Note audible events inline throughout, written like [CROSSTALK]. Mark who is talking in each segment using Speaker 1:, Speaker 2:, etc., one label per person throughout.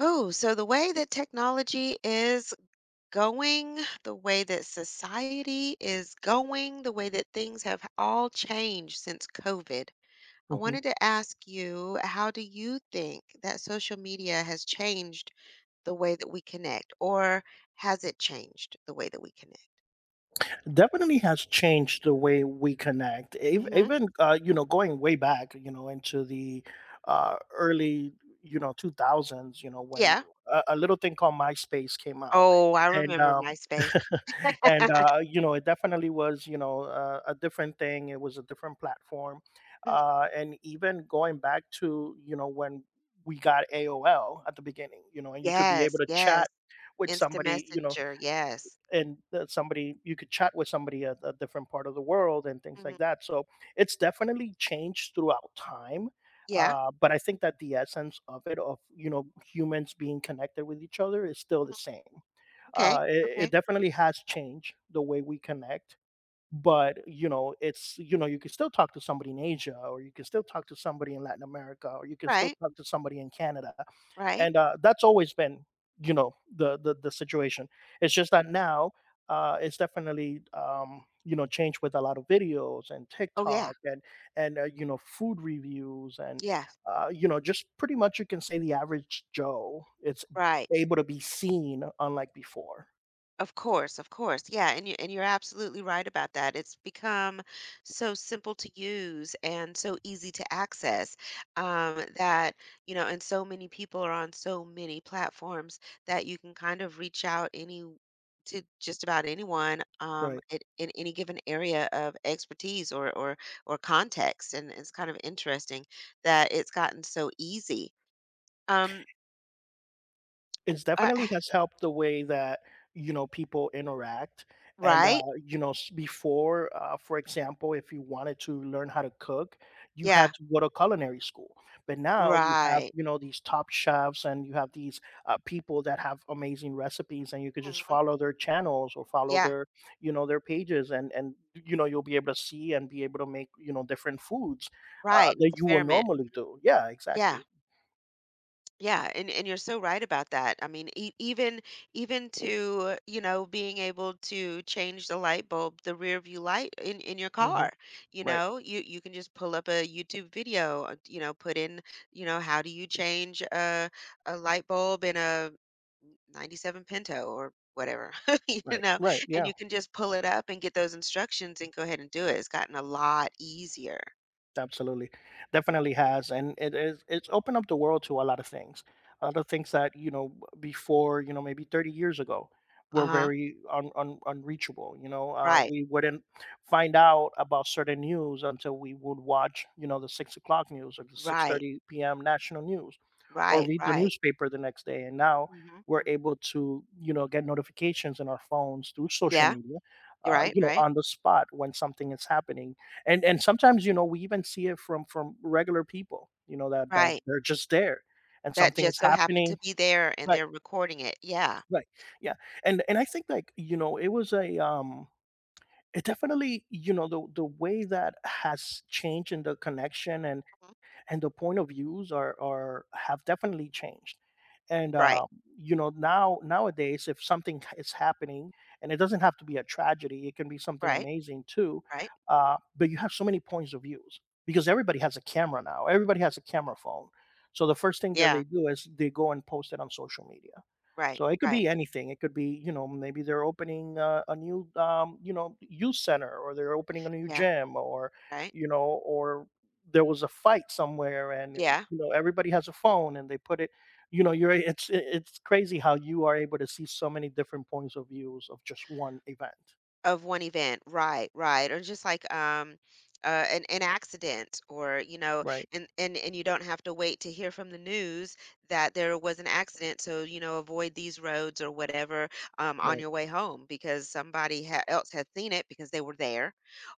Speaker 1: Oh, so the way that technology is going, the way that society is going, the way that things have all changed since COVID. I
Speaker 2: Mhm.
Speaker 1: wanted to ask you, how do you think that social media has changed the way that we connect, or has it changed the way that we connect?
Speaker 2: Definitely has changed the way we connect. Ev-
Speaker 1: hmm
Speaker 2: Even you know, going way back, you know, into the early, you know, two thousands, you know, when
Speaker 1: Yeah.
Speaker 2: a little thing called MySpace came out,
Speaker 1: Oh, I
Speaker 2: and
Speaker 1: remember
Speaker 2: [LAUGHS]
Speaker 1: MySpace.
Speaker 2: and
Speaker 1: [LAUGHS]
Speaker 2: uh, you know, it definitely was, you know, a different thing. It was a different platform,
Speaker 1: Mhm.
Speaker 2: and even going back to, you know, when we got AOL at the beginning, you know, and you could be able
Speaker 1: Yes,
Speaker 2: to
Speaker 1: yes.
Speaker 2: chat with
Speaker 1: Instant
Speaker 2: somebody, you know,
Speaker 1: Messenger. Yes.
Speaker 2: and somebody, you could chat with somebody at a different part of the world and things like
Speaker 1: hmm
Speaker 2: that. So it's definitely changed throughout time.
Speaker 1: Yeah.
Speaker 2: But I think that the essence of it, of, you know, humans being connected with each other, is still the
Speaker 1: Mhm.
Speaker 2: same.
Speaker 1: Okay.
Speaker 2: It
Speaker 1: Okay.
Speaker 2: definitely has changed the way we connect, but, you know, it's, you know, you can still talk to somebody in Asia, or you can still talk to somebody in Latin America, or you can still
Speaker 1: Right.
Speaker 2: talk to somebody in Canada,
Speaker 1: Right.
Speaker 2: and that's always been, you know, the situation. It's just that now, it's definitely, you know, changed with a lot of videos and
Speaker 1: Oh, yeah.
Speaker 2: tiktok, and you know, food reviews, and
Speaker 1: Yes.
Speaker 2: uh, you know, just pretty much you can say the average joe, it's
Speaker 1: Right.
Speaker 2: able to be seen unlike before.
Speaker 1: Of course, of course. Yeah, and you're absolutely right about that. It's become so simple to use and so easy to access, that, you know, and so many people are on so many platforms that you can kind of reach out any to just about anyone,
Speaker 2: Right.
Speaker 1: at in any given area of expertise or context, and it's kind of interesting that it's gotten so easy. Um,
Speaker 2: It's
Speaker 1: uh,
Speaker 2: definitely
Speaker 1: [SIGHS]
Speaker 2: has helped the way that, you know, people interact, and
Speaker 1: right?
Speaker 2: you know, before, for example, if you wanted to learn how to cook, you had
Speaker 1: Yeah.
Speaker 2: to go to culinary school. But now you have,
Speaker 1: Right.
Speaker 2: you know, these top chefs and you have these, people that have amazing recipes, and you could just
Speaker 1: Mhm.
Speaker 2: follow their channels or follow
Speaker 1: Yeah,
Speaker 2: their, you know, their pages, and you know, you'll be able to see and be able to make, you know, different foods,
Speaker 1: right, and
Speaker 2: that you would
Speaker 1: experiment. Mhm.
Speaker 2: normally do. Yeah,
Speaker 1: Yeah,
Speaker 2: exactly.
Speaker 1: yeah, and you're so right about that. I mean, e even even to, you know, being able to change the light bulb, the rear view light in your
Speaker 2: Hmm.
Speaker 1: car, you
Speaker 2: Right,
Speaker 1: know, you can just pull up a YouTube video, you know, put in, you know, how do you change a light bulb in a 97 Pinto or whatever, [LAUGHS] you
Speaker 2: right,
Speaker 1: know,
Speaker 2: right,
Speaker 1: and
Speaker 2: yeah.
Speaker 1: you can just pull it up and get those instructions and go ahead and do it. It's gotten a lot easier.
Speaker 2: Absolutely. Definitely has. And it is, it's opened up the world to a lot of things. A lot of things that, you know, before, you know, maybe 30 years ago were
Speaker 1: Uh-huh.
Speaker 2: very unreachable. You know,
Speaker 1: Right.
Speaker 2: we wouldn't find out about certain news until we would watch, you know, the 6 o'clock news or the
Speaker 1: Right,
Speaker 2: 6:30 p.m. national news, or
Speaker 1: right,
Speaker 2: read the
Speaker 1: right.
Speaker 2: newspaper the next day. And now
Speaker 1: Mhm,
Speaker 2: we're
Speaker 1: mhm.
Speaker 2: able to, you know, get notifications in our phones through social
Speaker 1: Yeah,
Speaker 2: media,
Speaker 1: you're right,
Speaker 2: you know,
Speaker 1: right,
Speaker 2: on the spot when something is happening. And sometimes, you know, we even see it from regular people, you know, that
Speaker 1: right.
Speaker 2: they're just there and
Speaker 1: That
Speaker 2: something is
Speaker 1: just so happened
Speaker 2: happening.
Speaker 1: to be there and
Speaker 2: Right,
Speaker 1: they're recording it. Yeah.
Speaker 2: right, yeah. And I think, like, you know, it was a, it definitely, you know, the way that has changed in the connection, and
Speaker 1: Mhm.
Speaker 2: and the point of views are have definitely changed. And
Speaker 1: Right,
Speaker 2: You know, now, nowadays, if something is happening, and it doesn't have to be a tragedy, it can be something
Speaker 1: right,
Speaker 2: amazing too,
Speaker 1: right.
Speaker 2: but you have so many points of views because everybody has a camera now, everybody has a camera phone, so the first thing that they
Speaker 1: Yeah,
Speaker 2: do is they go and post it on social media.
Speaker 1: right,
Speaker 2: So it could
Speaker 1: right.
Speaker 2: be anything. It could be, you know, maybe they're opening, a new, you know, youth center, or they're opening a new
Speaker 1: Yeah,
Speaker 2: gym, or,
Speaker 1: right.
Speaker 2: you know, or there was a fight somewhere, and
Speaker 1: Yeah,
Speaker 2: you know, everybody has a phone and they put it, you know, you're, it's crazy how you are able to see so many different points of views of just one event.
Speaker 1: of one event. Right, right. Or just like, an accident or, you know,
Speaker 2: Right,
Speaker 1: and you don't have to wait to hear from the news that there was an accident, so, you know, avoid these roads or whatever, on
Speaker 2: right,
Speaker 1: your way home because somebody ha else has seen it because they were there.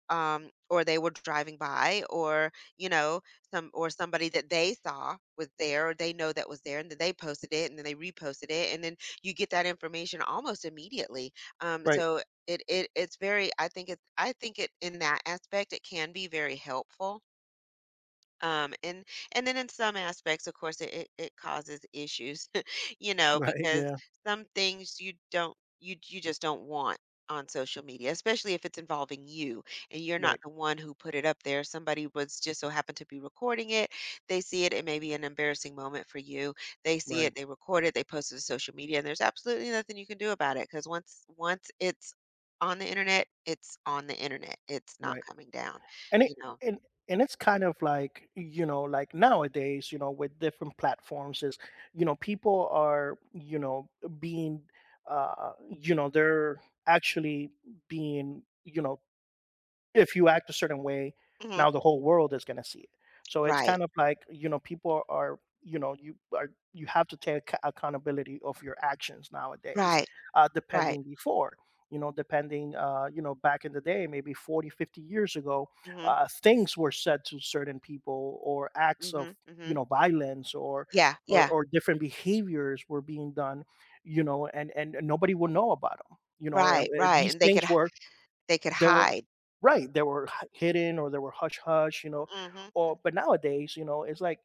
Speaker 1: Um, or they were driving by, or you know, somebody that they saw was there, or they know that was there, and then they posted it, and then they reposted it, and then you get that information almost immediately.
Speaker 2: right.
Speaker 1: So it's very, I think it in that aspect, it can be very helpful um, and and then in some aspects, of course, it causes issues, [LAUGHS] you
Speaker 2: [LAUGHS]
Speaker 1: know,
Speaker 2: Right,
Speaker 1: because
Speaker 2: yeah,
Speaker 1: some things you just don't want on social media, especially if it's involving you and you're
Speaker 2: right,
Speaker 1: not the one who put it up there. Somebody was just so happened to be recording it. They see it. It may be an embarrassing moment for you. They see
Speaker 2: right,
Speaker 1: it. They record it. They post it to social media, and there's absolutely nothing you can do about it because once it's on the internet, it's on the internet. It's not
Speaker 2: right.
Speaker 1: coming down,
Speaker 2: and it
Speaker 1: you know.
Speaker 2: and and it's kind of like, you know, like nowadays, you know, with different platforms is, you know, people are, you know, being, you know, they're actually being, you know, if you act a certain way,
Speaker 1: hmm
Speaker 2: now the whole world is gonna see it. So it's
Speaker 1: Right.
Speaker 2: kind of like, you know, people are, you know, you are, you have to take ac accountability of your actions nowadays,
Speaker 1: Right, right.
Speaker 2: depending before, you know, depending, you know, back in the day, maybe 40, 50 years ago,
Speaker 1: Mhm,
Speaker 2: things were said to certain people, or acts of,
Speaker 1: mhm,
Speaker 2: you
Speaker 1: mhm.
Speaker 2: know, violence or
Speaker 1: Yeah,
Speaker 2: or
Speaker 1: yeah.
Speaker 2: or different behaviors were being done, you know, and nobody would know about them. You know, and,
Speaker 1: Right, right,
Speaker 2: these
Speaker 1: and
Speaker 2: things were
Speaker 1: they could
Speaker 2: there were
Speaker 1: hide.
Speaker 2: right, there were hi hidden, or there were hush-hush, you know,
Speaker 1: Mhm,
Speaker 2: or
Speaker 1: mhm.
Speaker 2: but nowadays, you know, it's like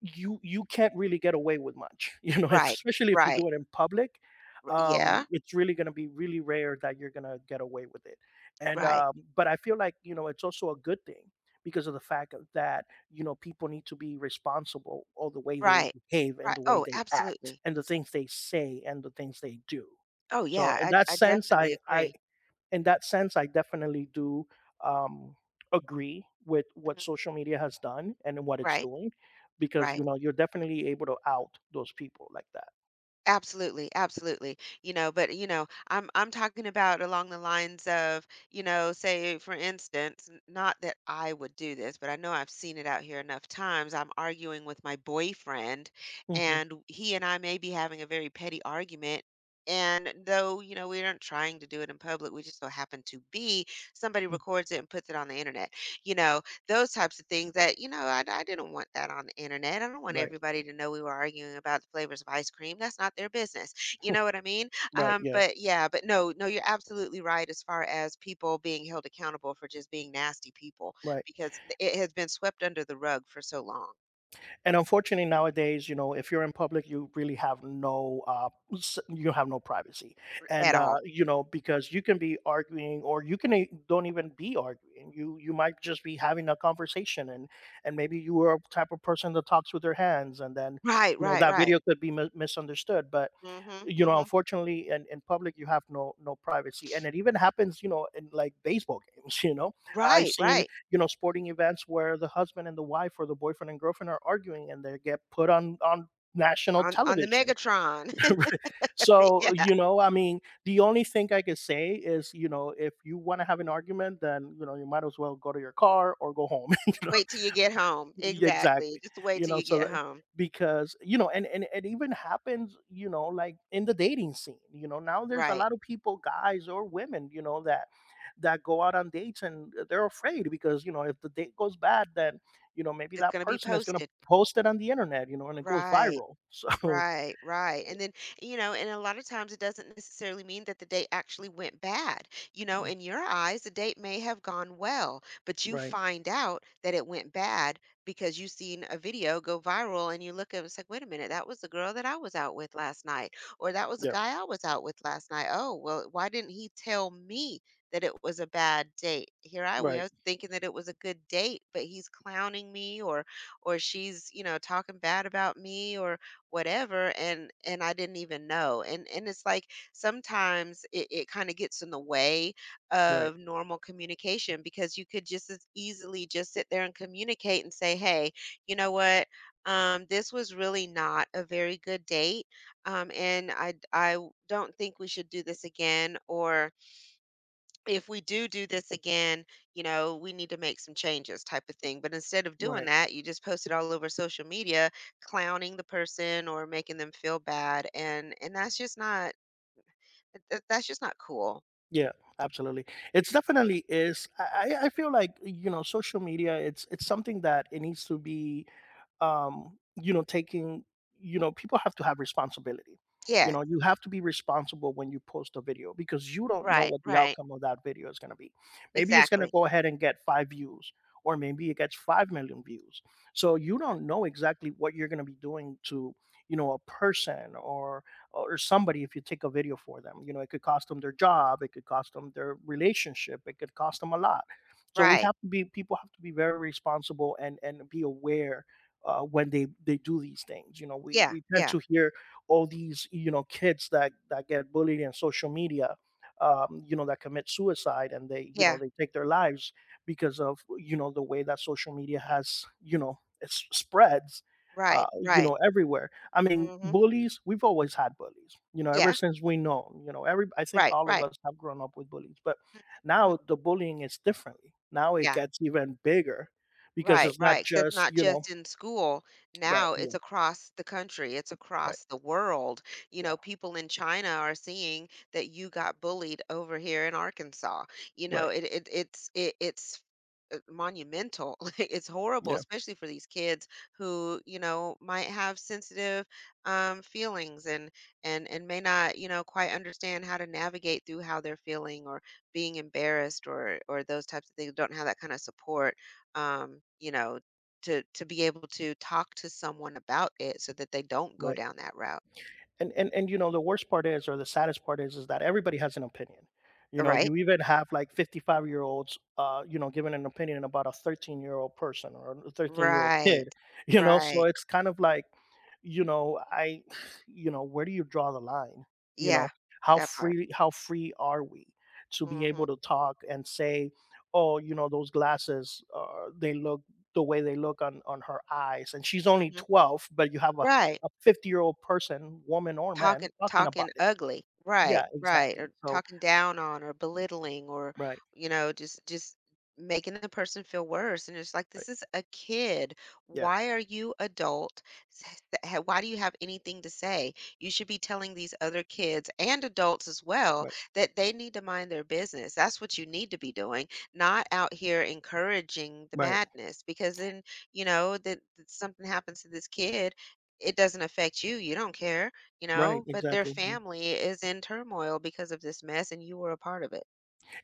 Speaker 2: you can't really get away with much, [LAUGHS] you know, if,
Speaker 1: Right,
Speaker 2: especially if you
Speaker 1: right,
Speaker 2: do it in public,
Speaker 1: r yeah,
Speaker 2: it's really gonna be really rare that you're gonna get away with it, and,
Speaker 1: right,
Speaker 2: but I feel like, you know, it's also a good thing because of the fact of that, you know, people need to be responsible of the way they
Speaker 1: right,
Speaker 2: behave and
Speaker 1: right.
Speaker 2: the way
Speaker 1: Oh,
Speaker 2: they act
Speaker 1: absolutely.
Speaker 2: and the things they say and the things they do.
Speaker 1: Oh,
Speaker 2: So in
Speaker 1: yeah,
Speaker 2: that
Speaker 1: I
Speaker 2: sense,
Speaker 1: definitely
Speaker 2: I
Speaker 1: agree.
Speaker 2: in that sense, I definitely do, um, agree with what
Speaker 1: Mhm.
Speaker 2: social media has done and what it's
Speaker 1: Right,
Speaker 2: doing, because, you
Speaker 1: right.
Speaker 2: know, you're definitely able to out those people like that.
Speaker 1: Absolutely, absolutely. You know, but you know, I'm talking about along the lines of, you know, say for instance, not that I would do this, but I know I've seen it out here enough times. I'm arguing with my boyfriend
Speaker 2: Hmm.
Speaker 1: and he and I may be having a very petty argument. And though, you know, we aren't trying to do it in public, we just so happen to be, somebody records it and puts it on the internet, you know those types of things that you know I didn't want that on the internet. I don't want
Speaker 2: Right.
Speaker 1: everybody to know we were arguing about the flavors of ice cream. That's not their business. You know what I mean?
Speaker 2: Right.
Speaker 1: Um,
Speaker 2: Yeah.
Speaker 1: but yeah, but no you're absolutely right as far as people being held accountable for just being nasty people
Speaker 2: Right.
Speaker 1: because it has been swept under the rug for so long.
Speaker 2: And unfortunately nowadays, you know, if you're in public, you really have no, you have no privacy. and
Speaker 1: At
Speaker 2: uh
Speaker 1: all.
Speaker 2: you know, because you can be arguing, or you can, don't even be arguing, you might just be having a conversation, and maybe you are a type of person that talks with their hands, and then,
Speaker 1: right
Speaker 2: you know,
Speaker 1: right
Speaker 2: that
Speaker 1: right
Speaker 2: video could be misunderstood. But,
Speaker 1: Mm-hmm,
Speaker 2: you know,
Speaker 1: mm-hmm.
Speaker 2: unfortunately, in public, you have no, no privacy. And it even happens, you know, in, like, baseball games. [LAUGHS] You know, I've
Speaker 1: right
Speaker 2: seen,
Speaker 1: right
Speaker 2: you know, sporting events where the husband and the wife, or the boyfriend and girlfriend, are arguing and they get put on national
Speaker 1: On the
Speaker 2: television.
Speaker 1: megatron.
Speaker 2: [LAUGHS] So,
Speaker 1: [LAUGHS] Yeah.
Speaker 2: you know, I mean, the only thing I could say is, you know, if you want to have an argument, then, you know, you might as well go to your car or go home. [LAUGHS]
Speaker 1: Wait till you get home,
Speaker 2: Y
Speaker 1: exactly,
Speaker 2: exactly,
Speaker 1: just wait
Speaker 2: you
Speaker 1: till
Speaker 2: know,
Speaker 1: you
Speaker 2: so
Speaker 1: get
Speaker 2: that,
Speaker 1: home.
Speaker 2: because, you know, and it even happens, you know, like, in the dating scene, you know, now there's a
Speaker 1: Right.
Speaker 2: lot of people, guys or women, you know, that that go out on dates and they're afraid because, you know, if the date goes bad, then, you know, maybe
Speaker 1: It's
Speaker 2: that
Speaker 1: going to be
Speaker 2: person is gonna
Speaker 1: posted.
Speaker 2: post it on the internet, you know, and it goes
Speaker 1: Right.
Speaker 2: viral. [LAUGHS] So,
Speaker 1: Right, right. And then, you know, and a lot of times it doesn't necessarily mean that the date actually went bad. You know,
Speaker 2: mm,
Speaker 1: in your eyes, the date may have gone well, but you
Speaker 2: right,
Speaker 1: find out that it went bad because you seen a video go viral and you look at it, it's like, wait a minute, that was the girl that I was out with last night, or that was the
Speaker 2: yeah,
Speaker 1: guy I was out with last night. Oh, well, why didn't he tell me that it was a bad date? Here I
Speaker 2: right,
Speaker 1: was thinking that it was a good date, but he's clowning me or she's, you know, talking bad about me or whatever and I didn't even know. And it's like sometimes it kind of gets in the way
Speaker 2: right,
Speaker 1: of normal communication because you could just as easily just sit there and communicate and say, hey, you know what? This was really not a very good date. And I don't think we should do this again or if we do do this again, you know, we need to make some changes type of thing. But instead of doing
Speaker 2: right,
Speaker 1: that, you just post it all over social media, clowning the person or making them feel bad. And that's just not, that's just not cool.
Speaker 2: yeah, absolutely. It's definitely is, I feel like, you know, social media, it's something that it needs to be, you know, taking, you know, people have to have responsibility. You
Speaker 1: Yes.
Speaker 2: know, you have to be responsible when you post a video, because you don't know
Speaker 1: Right.
Speaker 2: what the
Speaker 1: Right.
Speaker 2: outcome of that video is going to be. Maybe it's going to
Speaker 1: Exactly.
Speaker 2: go ahead and get five views, or maybe it gets 5 million views. So you don't know exactly what you're going to be doing to, you know, a person, or somebody, if you take a video for them. You know, it could cost them their job, it could cost them their relationship, it could cost them a lot. So we
Speaker 1: Right.
Speaker 2: have to be, people have to be very responsible, and be aware, when they do these things. You know,
Speaker 1: Yeah.
Speaker 2: we tend
Speaker 1: Yeah.
Speaker 2: to hear all these, you know, kids that that get bullied in social media, you know, that commit suicide, and they, you know,
Speaker 1: Yeah.
Speaker 2: they take their lives because of, you know, the way that social media has, you know, it spreads.
Speaker 1: Right.
Speaker 2: You
Speaker 1: Right.
Speaker 2: know, everywhere. I mean,
Speaker 1: hmm
Speaker 2: bullies. We've always had bullies. You know, ever
Speaker 1: Yeah.
Speaker 2: since we know. You know, every. I think
Speaker 1: Right.
Speaker 2: all of
Speaker 1: Right.
Speaker 2: us have grown up with bullies, but
Speaker 1: Mhm, mhm.
Speaker 2: now the bullying is differently. Now it
Speaker 1: Yeah.
Speaker 2: gets even bigger because
Speaker 1: Right,
Speaker 2: it's not
Speaker 1: right, 'cause it's
Speaker 2: just,
Speaker 1: not
Speaker 2: you know,
Speaker 1: just in school.
Speaker 2: right,
Speaker 1: Now
Speaker 2: yeah,
Speaker 1: it's across the country, it's
Speaker 2: right,
Speaker 1: across the world. You
Speaker 2: yeah,
Speaker 1: know, people in China are seeing that you got bullied over here in Arkansas. You know,
Speaker 2: right,
Speaker 1: it's monumental. [LAUGHS] Like, it's horrible,
Speaker 2: yeah,
Speaker 1: especially for these kids who, you know, might have sensitive feelings and and may not, you know, quite understand how to navigate through how they're feeling or being embarrassed or those types of things, don't have that kind of support you know, to be able to talk to someone about it so that they don't go
Speaker 2: right.
Speaker 1: down that route.
Speaker 2: And you know, the worst part is, or the saddest part is that everybody has an opinion. You know,
Speaker 1: Right?
Speaker 2: you even have like 55-year olds, you know, giving an opinion about a 13-year-old person, or a 13-year-old
Speaker 1: Right.
Speaker 2: kid. [LAUGHS] You know, so
Speaker 1: Right.
Speaker 2: it's kind of like, you know, I [SIGHS] you know, where do you draw the line? You know,
Speaker 1: Yeah.
Speaker 2: how
Speaker 1: That part.
Speaker 2: free, how free are we to be able
Speaker 1: Mhm.
Speaker 2: to talk and say, oh, you know, those glasses, they look the way they look on her eyes, and she's only
Speaker 1: Mhm.
Speaker 2: 12, but you have a
Speaker 1: Right.
Speaker 2: a 50-year-old person, woman or man,
Speaker 1: Talking
Speaker 2: talking about
Speaker 1: talking
Speaker 2: it.
Speaker 1: ugly.
Speaker 2: Yeah,
Speaker 1: Right, right,
Speaker 2: exactly.
Speaker 1: or
Speaker 2: So
Speaker 1: talking down on or belittling or,
Speaker 2: right,
Speaker 1: you know, just making the person feel worse, and it's like,
Speaker 2: right.
Speaker 1: "This is a kid.
Speaker 2: Yeah,
Speaker 1: Why are you adult? Why do you have anything to say? You should be telling these other kids and adults as well
Speaker 2: right,
Speaker 1: that they need to mind their business. That's what you need to be doing, not out here encouraging the
Speaker 2: right,
Speaker 1: madness because then, you know, that something happens to this kid, it doesn't affect you. You don't care you
Speaker 2: right,
Speaker 1: know, but their
Speaker 2: exactly. Mm.
Speaker 1: family is in turmoil because of this mess and you were a part of it.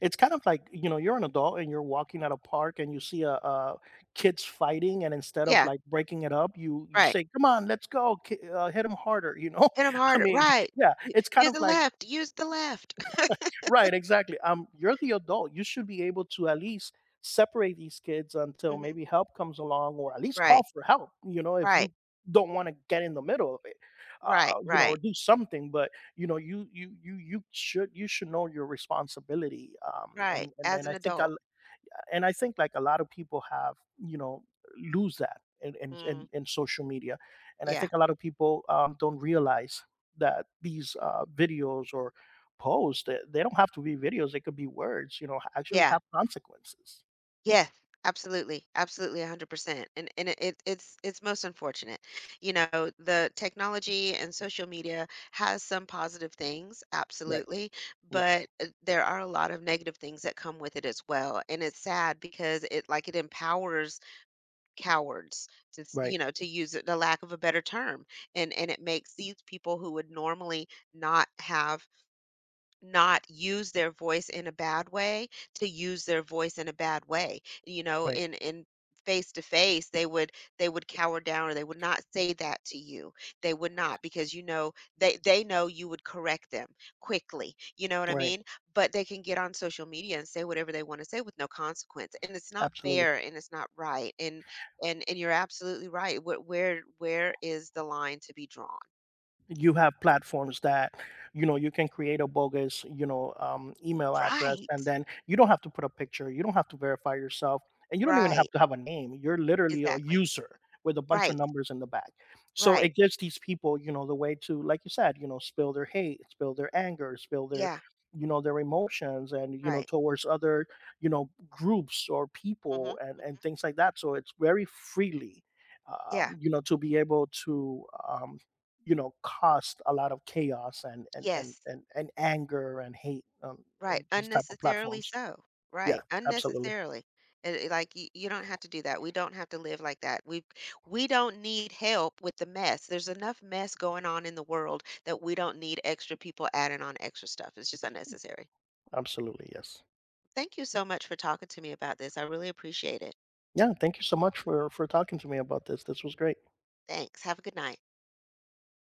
Speaker 2: It's kind of like, you know, you're an adult and you're walking at a park and you see a kids fighting, and instead of,
Speaker 1: Yeah,
Speaker 2: like, breaking it up, you
Speaker 1: right.
Speaker 2: say, "Come on, let's go, ki hit 'em harder," you know?
Speaker 1: Hit them
Speaker 2: [LAUGHS] I
Speaker 1: harder.
Speaker 2: mean,
Speaker 1: Right.
Speaker 2: yeah,
Speaker 1: U-
Speaker 2: it's kind
Speaker 1: Use
Speaker 2: of
Speaker 1: the
Speaker 2: like,
Speaker 1: left. Use the left. [LAUGHS]
Speaker 2: right, exactly. You're the adult. You should be able to at least separate these kids until
Speaker 1: Mhm.
Speaker 2: maybe help comes along, or at least call
Speaker 1: Right.
Speaker 2: for help. You know, if
Speaker 1: Right.
Speaker 2: you don't want to get in the middle of it,
Speaker 1: Right.
Speaker 2: you know, or
Speaker 1: Right.
Speaker 2: do something. But, you know, you should, you should know your responsibility.
Speaker 1: Right. As
Speaker 2: And I
Speaker 1: an
Speaker 2: think a,
Speaker 1: adult.
Speaker 2: and I think, like, a lot of people have, you know, lose that in,
Speaker 1: Mm,
Speaker 2: in social media. And I
Speaker 1: yeah.
Speaker 2: think a lot of people, don't realize that these, videos or posts, they don't have to be videos, they could be words, you know, actually
Speaker 1: Yeah.
Speaker 2: have consequences.
Speaker 1: Yes, absolutely, absolutely, 100%. And it's it's most unfortunate. You know, the technology and social media has some positive things,
Speaker 2: Right,
Speaker 1: absolutely,
Speaker 2: yeah,
Speaker 1: but there are a lot of negative things that come with it as well. And it's sad because it like it empowers cowards to,
Speaker 2: right,
Speaker 1: you know, to use the lack of a better term. And it makes these people who would normally not have not use their voice in a bad way, to use their voice in a bad way. You know,
Speaker 2: right,
Speaker 1: in face to face, they would cower down or they would not say that to you. They would not because you know they know you would correct them quickly. You know what I
Speaker 2: right,
Speaker 1: mean? But they can get on social media and say whatever they want to say with no consequence. And it's not
Speaker 2: absolutely.
Speaker 1: fair and it's not right. And you're absolutely right. Where is the line to be drawn?
Speaker 2: You have platforms that, you know, you can create a bogus, you know, email address,
Speaker 1: Right.
Speaker 2: and then you don't have to put a picture, you don't have to verify yourself, and you don't even have
Speaker 1: Right.
Speaker 2: to have a name, you're literally a
Speaker 1: Exactly.
Speaker 2: user with a bunch of
Speaker 1: Right.
Speaker 2: numbers in the back. So
Speaker 1: Right.
Speaker 2: it gives these people, you know, the way to, like you said, you know, spill their hate, spill their anger, spill their,
Speaker 1: Yeah,
Speaker 2: you know, their emotions, and, you know,
Speaker 1: right.
Speaker 2: towards other, you know, groups or
Speaker 1: hmm hmm
Speaker 2: people, and things like that. So it's very freely,
Speaker 1: Yeah.
Speaker 2: you know, to be able to, you know, caused a lot of chaos, and and and
Speaker 1: Yes.
Speaker 2: and and anger and hate on,
Speaker 1: Right.
Speaker 2: and these type of
Speaker 1: Unnecessarily
Speaker 2: platforms.
Speaker 1: so.
Speaker 2: Yeah,
Speaker 1: Right.
Speaker 2: absolutely,
Speaker 1: Unnecessarily. And it- like you don't have to do that. We don't have to live like that. We don't need help with the mess. There's enough mess going on in the world that we don't need extra people adding on extra stuff. It's just unnecessary.
Speaker 2: absolutely, yes.
Speaker 1: Thank you so much for talking to me about this. I really appreciate it.
Speaker 2: Yeah, thank you so much for talking to me about this. This was great.
Speaker 1: Thanks. Have a good night.